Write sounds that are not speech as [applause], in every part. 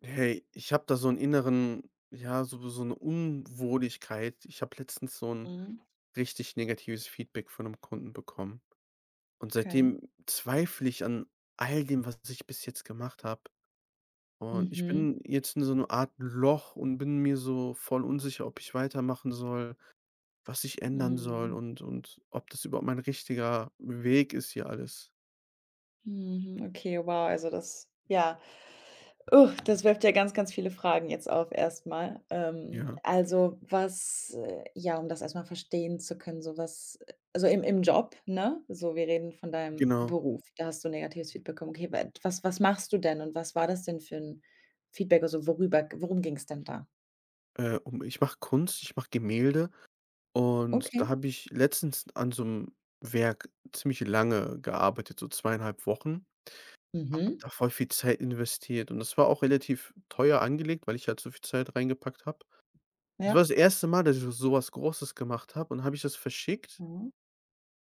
Hey, ich habe da so einen inneren ja, so eine Unwohligkeit. Ich habe letztens so ein Mhm, richtig negatives Feedback von einem Kunden bekommen. Und okay. seitdem zweifle ich an all dem, was ich bis jetzt gemacht habe. Und ich Mhm, bin jetzt in so 'ne Art Loch und bin mir so voll unsicher, ob ich weitermachen soll, was ich ändern soll mhm, und ob das überhaupt mein richtiger Weg ist hier alles. mhm, okay, wow, also das, ja. Das wirft ja ganz, ganz viele Fragen jetzt auf. Erstmal Ja, also, was ja, um das erstmal verstehen zu können, so, was also im Job, ne? So, wir reden von deinem genau. Beruf, da hast du negatives Feedback bekommen. Okay, wa was was machst du denn und was war das denn für ein Feedback? Also, worüber worum ging es denn da? Um Ich mache Kunst, ich mache Gemälde. Und da Okay. habe ich letztens an so einem Werk ziemlich lange gearbeitet, so zweieinhalb Wochen. Habe Mhm. da voll viel Zeit investiert und das war auch relativ teuer angelegt, weil ich halt so viel Zeit reingepackt habe. Das war Ja. das erste Mal, dass ich so was Großes gemacht habe und habe ich das verschickt, Mhm.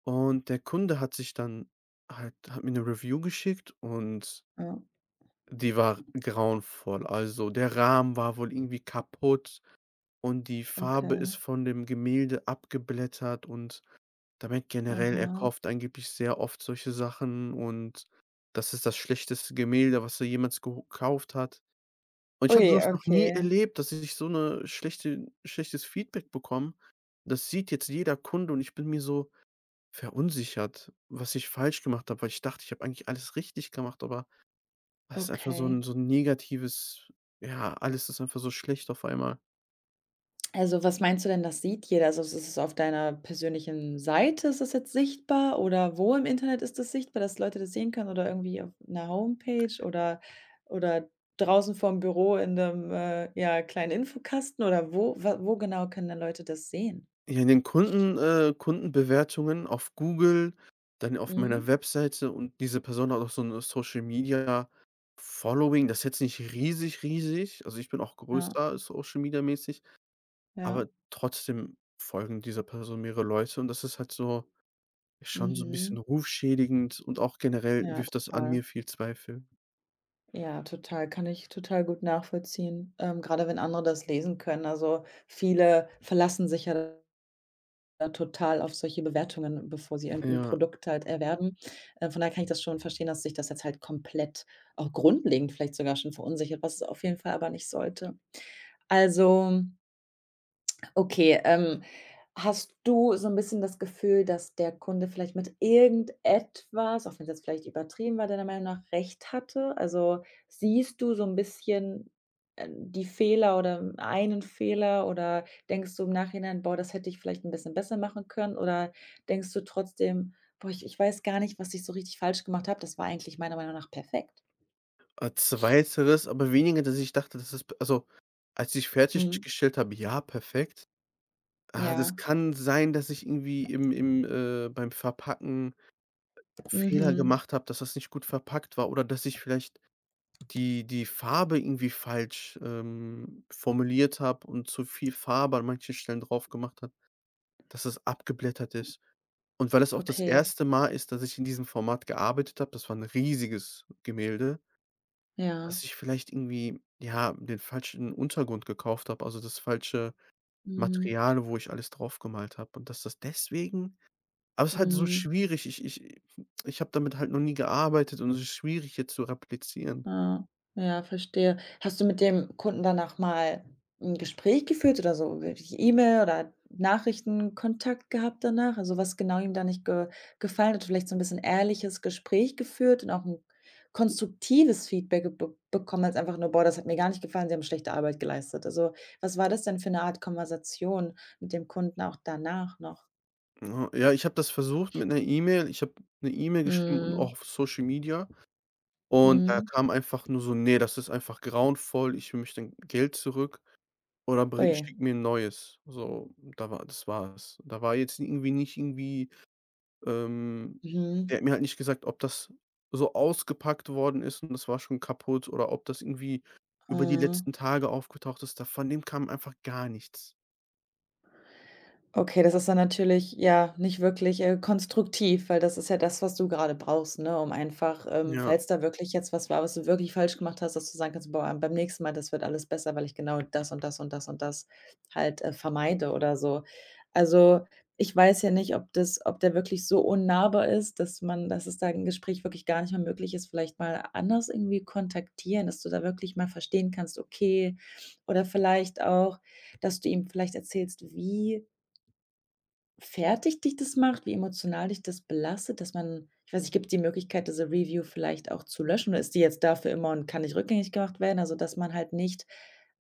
und der Kunde hat sich dann halt hat mir eine Review geschickt, und Ja. die war grauenvoll. Also, der Rahmen war wohl irgendwie kaputt und die Farbe Okay. ist von dem Gemälde abgeblättert, und damit generell, er Aha. kauft angeblich sehr oft solche Sachen, und das ist das schlechteste Gemälde, was er jemals gekauft hat. Und ich habe Ui, so was noch nie okay. erlebt, dass ich so 'ne schlechtes Feedback bekomme. Das sieht jetzt jeder Kunde, und ich bin mir so verunsichert, was ich falsch gemacht habe, weil ich dachte, ich habe eigentlich alles richtig gemacht, aber das ist einfach so Okay. 'n so 'n negatives, ja, alles ist einfach so schlecht auf einmal. Also, was meinst du denn, das sieht jeder? Also, ist es auf deiner persönlichen Seite, ist das jetzt sichtbar, oder wo im Internet ist das sichtbar, dass Leute das sehen können, oder irgendwie auf einer Homepage oder draußen vorm Büro in 'nem, ja, kleinen Infokasten, oder wo genau können denn Leute das sehen? Ja, in den Kunden Kundenbewertungen auf Google, dann auf Mhm. meiner Webseite, und diese Person hat auch so 'ne Social Media Following. Das ist jetzt nicht riesig, riesig. Also, ich bin auch Ja, größer Social Media mäßig, ja. aber trotzdem folgen dieser Person mehrere Leute, und das ist halt so schon so 'n bisschen Mhm. rufschädigend und auch generell Ja, wirft das an total. mir viel Zweifel. Ja, total. Kann ich total gut nachvollziehen, grade wenn andere das lesen können. Also, viele verlassen sich ja da total auf solche Bewertungen, bevor sie irgend Ja, Produkt halt erwerben. Von daher kann ich das schon verstehen, dass sich das jetzt halt komplett auch grundlegend vielleicht sogar schon verunsichert, was es auf jeden Fall aber nicht sollte. Also okay, hast du so ein bisschen das Gefühl, dass der Kunde vielleicht mit irgendetwas, auch wenn's jetzt vielleicht übertrieben war, deiner Meinung nach recht hatte? Also, siehst du so ein bisschen, die Fehler oder einen Fehler, oder denkst du im Nachhinein: „Boah, das hätte ich vielleicht ein bisschen besser machen können?“ Oder denkst du trotzdem: „Boah, ich weiß gar nicht, was ich so richtig falsch gemacht habe. Das war eigentlich meiner Meinung nach perfekt?“ als 2. aber weniger, dass ich dachte, das ist p also, als ich Mhm. fertiggestellt habe, ja, perfekt. Ah, Ja. das kann sein, dass ich irgendwie beim Verpacken Fehler Mhm. gemacht habe, dass das nicht gut verpackt war, oder dass ich vielleicht die Farbe irgendwie falsch, formuliert habe und zu viel Farbe an manchen Stellen drauf gemacht habe, dass es abgeblättert ist. Und weil es auch das Okay. erste Mal ist, dass ich in diesem Format gearbeitet habe, das war ein riesiges Gemälde, Ja. dass ich vielleicht irgendwie, ja, den falschen Untergrund gekauft habe, also das falsche Mhm. Material, wo ich alles drauf gemalt habe und dass das deswegen. Aber es ist halt so Mhm. schwierig. Ich habe damit halt noch nie gearbeitet, und es ist schwierig jetzt zu replizieren. Ja, ja, verstehe. Hast du mit dem Kunden danach mal ein Gespräch geführt oder so wirklich E-Mail oder Nachrichten Kontakt gehabt danach? Also, was genau ihm da nicht ge gefallen hat, vielleicht so ein bisschen ehrliches Gespräch geführt und auch ein konstruktives Feedback be bekommen als einfach nur: „Boah, das hat mir gar nicht gefallen, Sie haben schlechte Arbeit geleistet.“ Also, was war das denn für eine Art Konversation mit dem Kunden auch danach noch? Ja, ich habe das versucht mit einer E-Mail. Ich habe eine E-Mail geschrieben und Mhm, auch auf Social Media, und da mhm. kam einfach nur so: "Nee, das ist einfach grauenvoll. Ich will mich dann Geld zurück oder Oh bring je. schick mir ein neues.“ So, da war das war's. Da war jetzt irgendwie nicht irgendwie. Ähm, Mhm. Der hat mir halt nicht gesagt, ob das so ausgepackt worden ist und das war schon kaputt, oder ob das irgendwie über die Ah. letzten Tage aufgetaucht ist. Da von dem kam einfach gar nichts. Okay, das ist dann natürlich, ja, nicht wirklich, konstruktiv, weil das ist ja das, was du gerade brauchst, ne, um einfach, Ja. falls da wirklich jetzt was war, was du wirklich falsch gemacht hast, dass du sagen kannst: „Boah, beim nächsten Mal, das wird alles besser, weil ich genau das und das und das und das halt, vermeide oder so.“ Also, ich weiß ja nicht, ob der wirklich so unnahbar ist, dass man dass es da 'n Gespräch wirklich gar nicht mehr möglich ist, vielleicht mal anders irgendwie kontaktieren, dass du da wirklich mal verstehen kannst, okay, oder vielleicht auch, dass du ihm vielleicht erzählst, wie fertig dich das macht, wie emotional dich das belastet, dass man ich weiß nicht, gibt's die Möglichkeit, diese Review vielleicht auch zu löschen, oder ist die jetzt dafür immer und kann nicht rückgängig gemacht werden?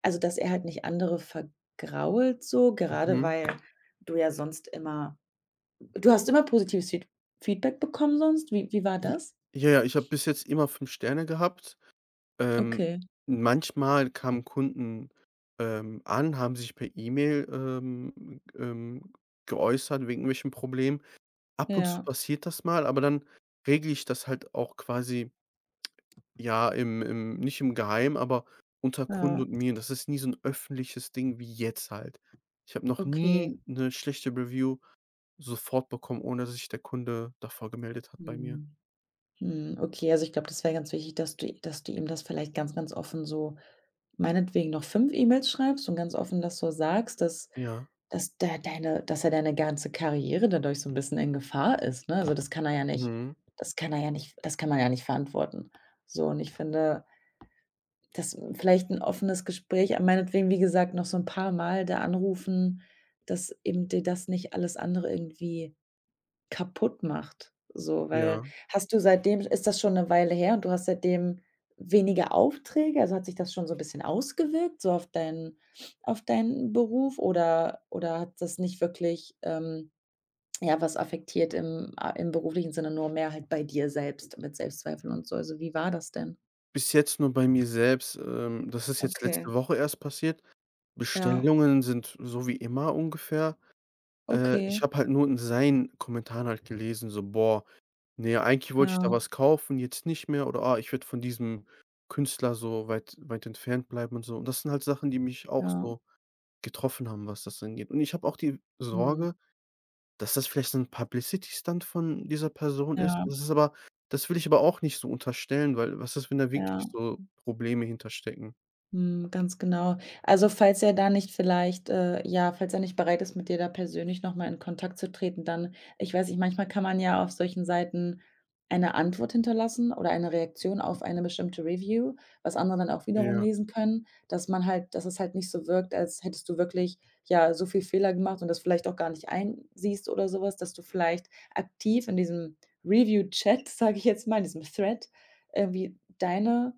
Also, dass er halt nicht andere vergrault so, gerade Mhm. weil du ja sonst immer du hast immer positives Feedback bekommen sonst? Wie war J das? ja, ich habe bis jetzt immer 5 Sterne gehabt. Ähm, Okay, Manchmal kamen Kunden, an, haben sich per E-Mail, geäußert wegen irgendwelchen Problemen. Ab und zu ja, passiert das mal, aber dann regle ich das halt auch quasi. Ja, im im nicht im Geheim, aber unter Kunden ja, und mir. Das ist nie so ein öffentliches Ding wie jetzt halt. Ich habe noch okay. nie eine schlechte Review sofort bekommen, ohne dass sich der Kunde davor gemeldet hat bei mir. Mhm. Mhm, okay, also ich glaube, das wäre ganz wichtig, dass du ihm das vielleicht ganz, ganz offen so meinetwegen noch 5 E-Mails schreibst und ganz offen das so sagst, dass Ja. dass da deine dass er deine ganze Karriere dadurch so ein bisschen in Gefahr ist, ne? Mhm. Das kann er ja nicht das kann man ja nicht verantworten. So, und ich finde, das vielleicht ein offenes Gespräch ah, meinetwegen, wie gesagt, noch so ein paar Mal da anrufen, dass eben dir das nicht alles andere irgendwie kaputt macht, so, weil Ja. hast du seitdem ist das schon eine Weile her und du hast seitdem weniger Aufträge? Also, hat sich das schon so ein bisschen ausgewirkt, so auf deinen Beruf, oder hat das nicht wirklich, ja, was affektiert im a im beruflichen Sinne, nur mehr halt bei dir selbst mit Selbstzweifeln und so? Also, wie war das denn? Bis jetzt nur bei mir selbst. Das ist jetzt Okay, letzte Woche erst passiert. ja, Bestellungen sind so wie immer ungefähr. Ich okay, habe halt nur in seinen Kommentaren halt gelesen, so: „Boah, ne, eigentlich wollte ich da ja, was kaufen, jetzt nicht mehr“, oder: „Ah, ich werde von diesem Künstler so weit entfernt bleiben“ und so. Und das sind halt Sachen, die mich auch ja, so getroffen haben, was das angeht. Und ich habe auch die mhm, Sorge, dass das vielleicht so 'n Publicity Stunt von dieser Person ist. ja, Das ist aber, das will ich aber auch nicht so unterstellen, weil was ist, wenn da ja. wirklich so Probleme hinterstecken? Mhm, ganz genau. Also, falls er da nicht vielleicht ja, falls er nicht bereit ist, mit dir da persönlich noch mal in Kontakt zu treten, dann ich weiß nicht, manchmal kann man ja auf solchen Seiten eine Antwort hinterlassen oder eine Reaktion auf eine bestimmte Review, was andere dann auch wiederum Ja, lesen können, dass man halt dass es halt nicht so wirkt, als hättest du wirklich, ja, so viel Fehler gemacht und das vielleicht auch gar nicht einsiehst oder sowas, dass du vielleicht aktiv in diesem Review-Chat, [laughs] sage ich jetzt mal, in diesem Thread irgendwie deine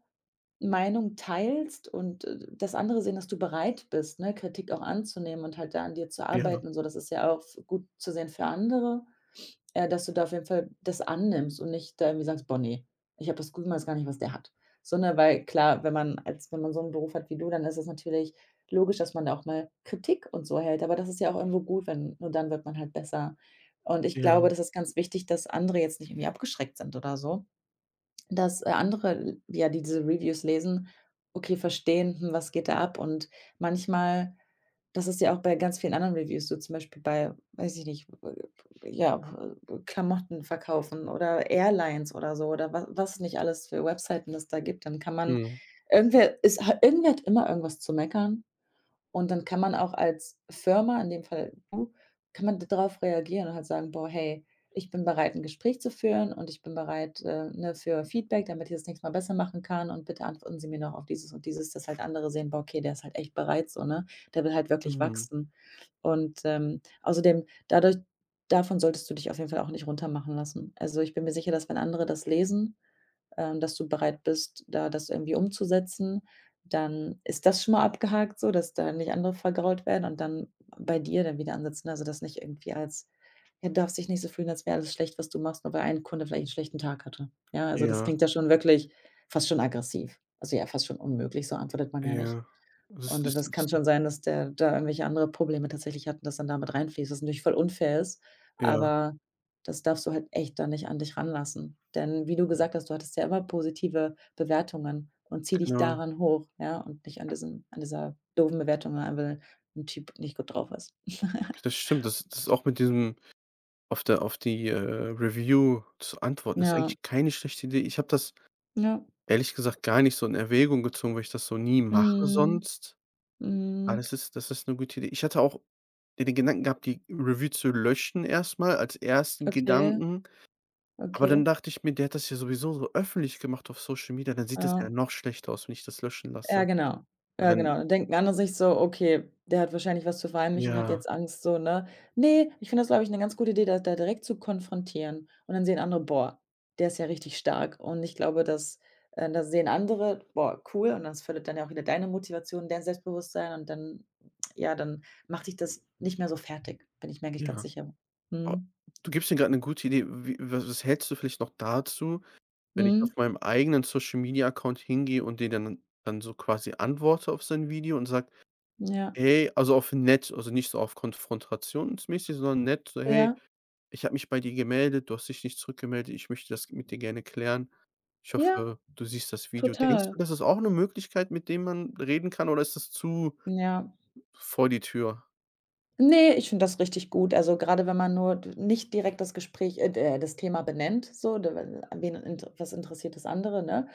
Meinung teilst und, dass andere sehen, dass du bereit bist, ne, Kritik auch anzunehmen und halt da an dir zu ja, arbeiten und so. Das ist ja auch f gut zu sehen für andere, dass du da auf jeden Fall das annimmst und nicht da irgendwie sagst: „Boah, ne, ich habe das Gefühl, ich weiß gar nicht, was der hat.“ Sondern weil klar, wenn man so einen Beruf hat wie du, dann ist es natürlich logisch, dass man da auch mal Kritik und so hält, aber das ist ja auch irgendwo gut, wenn nur dann wird man halt besser. Und ich ja. glaube, das ist ganz wichtig, dass andere jetzt nicht irgendwie abgeschreckt sind oder so. Dass, andere, ja, die diese Reviews lesen, okay, verstehen: „Hm, was geht da ab?“ Und manchmal das ist ja auch bei ganz vielen anderen Reviews so, zum Beispiel bei, weiß ich nicht, ja, Klamotten verkaufen oder Airlines oder so oder wa was nicht alles für Webseiten es da gibt. Dann kann man Mhm. Irgendwer ist irgendwer hat immer irgendwas zu meckern. Und dann kann man auch als Firma, in dem Fall du, kann man darauf reagieren und halt sagen: „Boah, hey, ich bin bereit, 'n Gespräch zu führen und ich bin bereit, ne, für Feedback, damit ich das nächstes Mal besser machen kann und bitte antworten Sie mir noch auf dieses und dieses“, dass halt andere sehen: „Boah, okay, der ist halt echt bereit so, ne? Der will halt wirklich Mhm. wachsen.“ Und, außerdem dadurch davon solltest du dich auf jeden Fall auch nicht runtermachen lassen. Also, ich bin mir sicher, dass wenn andere das lesen, dass du bereit bist, da das irgendwie umzusetzen. Dann ist das schon mal abgehakt so, dass da nicht andere vergrault werden und dann bei dir dann wieder ansetzen. Also, das nicht irgendwie als ja, du darfst dich nicht so fühlen, als wäre alles schlecht, was du machst, nur weil ein Kunde vielleicht einen schlechten Tag hatte. Ja, also, das Ja, klingt ja schon wirklich fast schon aggressiv. Also, ja, fast schon unmöglich, so antwortet man ja nicht. ja. Das Und ist das kann das ist schon sein, dass der da irgendwelche andere Probleme tatsächlich hat und das dann damit mit reinfließt, was natürlich voll unfair ist, ja, aber das darfst du halt echt dann nicht an dich ranlassen. Denn wie du gesagt hast, du hattest ja immer positive Bewertungen und zieh dich genau. daran hoch, ja, und nicht an diesem an dieser doofen Bewertung, rein, weil einfach 'n Typ nicht gut drauf ist. [laughs] Das stimmt. Das ist auch mit diesem, auf der auf die, Review zu antworten, ist Ja, eigentlich keine schlechte Idee. Ich habe das ja. ehrlich gesagt gar nicht so in Erwägung gezogen, weil ich das so nie mache Mhm, sonst. Aber mhm. das ist 'ne gute Idee. Ich hatte auch den Gedanken gehabt, die Review zu löschen erst mal als ersten Okay, Gedanken, aber okay, dann dachte ich mir, der hat das ja sowieso so öffentlich gemacht auf Social Media, dann sieht das ja ja. noch schlechter aus, wenn ich das löschen Ja, lasse. genau. Weil Ja, dann, genau. Dann denken andere sich so: „Okay, der hat wahrscheinlich was zu verheimlichen, hat ja, jetzt Angst“, so, ne? Nee, ich finde das, glaube ich, eine ganz gute Idee, da direkt zu konfrontieren und dann sehen andere: „Boah, der ist ja richtig stark.“ Und ich glaube, dass da sehen andere: „Boah, cool.“ Und das fördert dann ja auch wieder deine Motivation, dein Selbstbewusstsein und dann ja, dann macht dich das nicht mehr so fertig, bin ich mir eigentlich ganz ja. sicher. Oh, Mhm. du gibst mir grad 'ne gute Idee. Wie was was hältst du vielleicht noch dazu, wenn ich Mhm. auf meinem eigenen Social Media Account hingehe und den dann so quasi antworte auf sein Video und sage: Ja. „Hey“, also auf nett, also nicht so auf konfrontationsmäßig, sondern nett, so: „Hey, Ja. ich habe mich bei dir gemeldet, du hast dich nicht zurückgemeldet, ich möchte das mit dir gerne klären. Ich Ja, hoffe, du siehst das Video.“ Denkst du, total. das ist auch 'ne Möglichkeit, mit dem man reden kann, oder ist das zu Ja. vor die Tür? Ne, ich finde das richtig gut. Also, gerade wenn man nur d nicht direkt das Gespräch d das Thema benennt, so, d wen int was interessiert das andere, ne?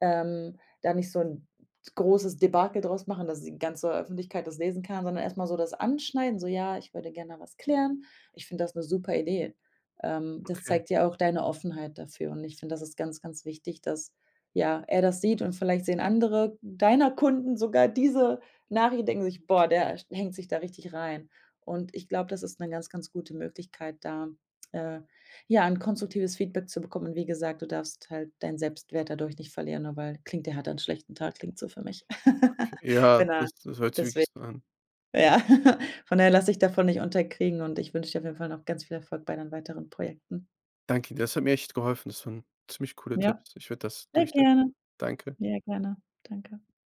Da nicht so ein großes Debakel draus machen, dass die ganze Öffentlichkeit das lesen kann, sondern erstmal so das anschneiden, so: „Ja, ich würde gerne was klären. Ich finde das eine super Idee.“ Das Okay, zeigt ja auch deine Offenheit dafür und ich finde, das ist ganz, ganz wichtig, dass, ja, er das sieht und vielleicht sehen andere deiner Kunden sogar diese Nachricht, denken sich: „Boah, der hängt sich da richtig rein.“ Und ich glaube, das ist eine ganz, ganz gute Möglichkeit, da, äh ja, ein konstruktives Feedback zu bekommen und wie gesagt, du darfst halt deinen Selbstwert dadurch nicht verlieren, nur weil „Klingt, der hat 'n schlechten Tag“, klingt so für mich. okay. [laughs] Ja, Wenn er das hört sich deswegen wirklich so an. ja, [laughs] von daher lasse ich davon nicht unterkriegen und ich wünsche dir auf jeden Fall noch ganz viel Erfolg bei deinen weiteren Projekten. Danke dir, das hat mir echt geholfen. Das waren ziemlich coole Ja. Tipps. Ich werde das Sehr durchsetzen. gerne, Danke. ja gerne. Danke.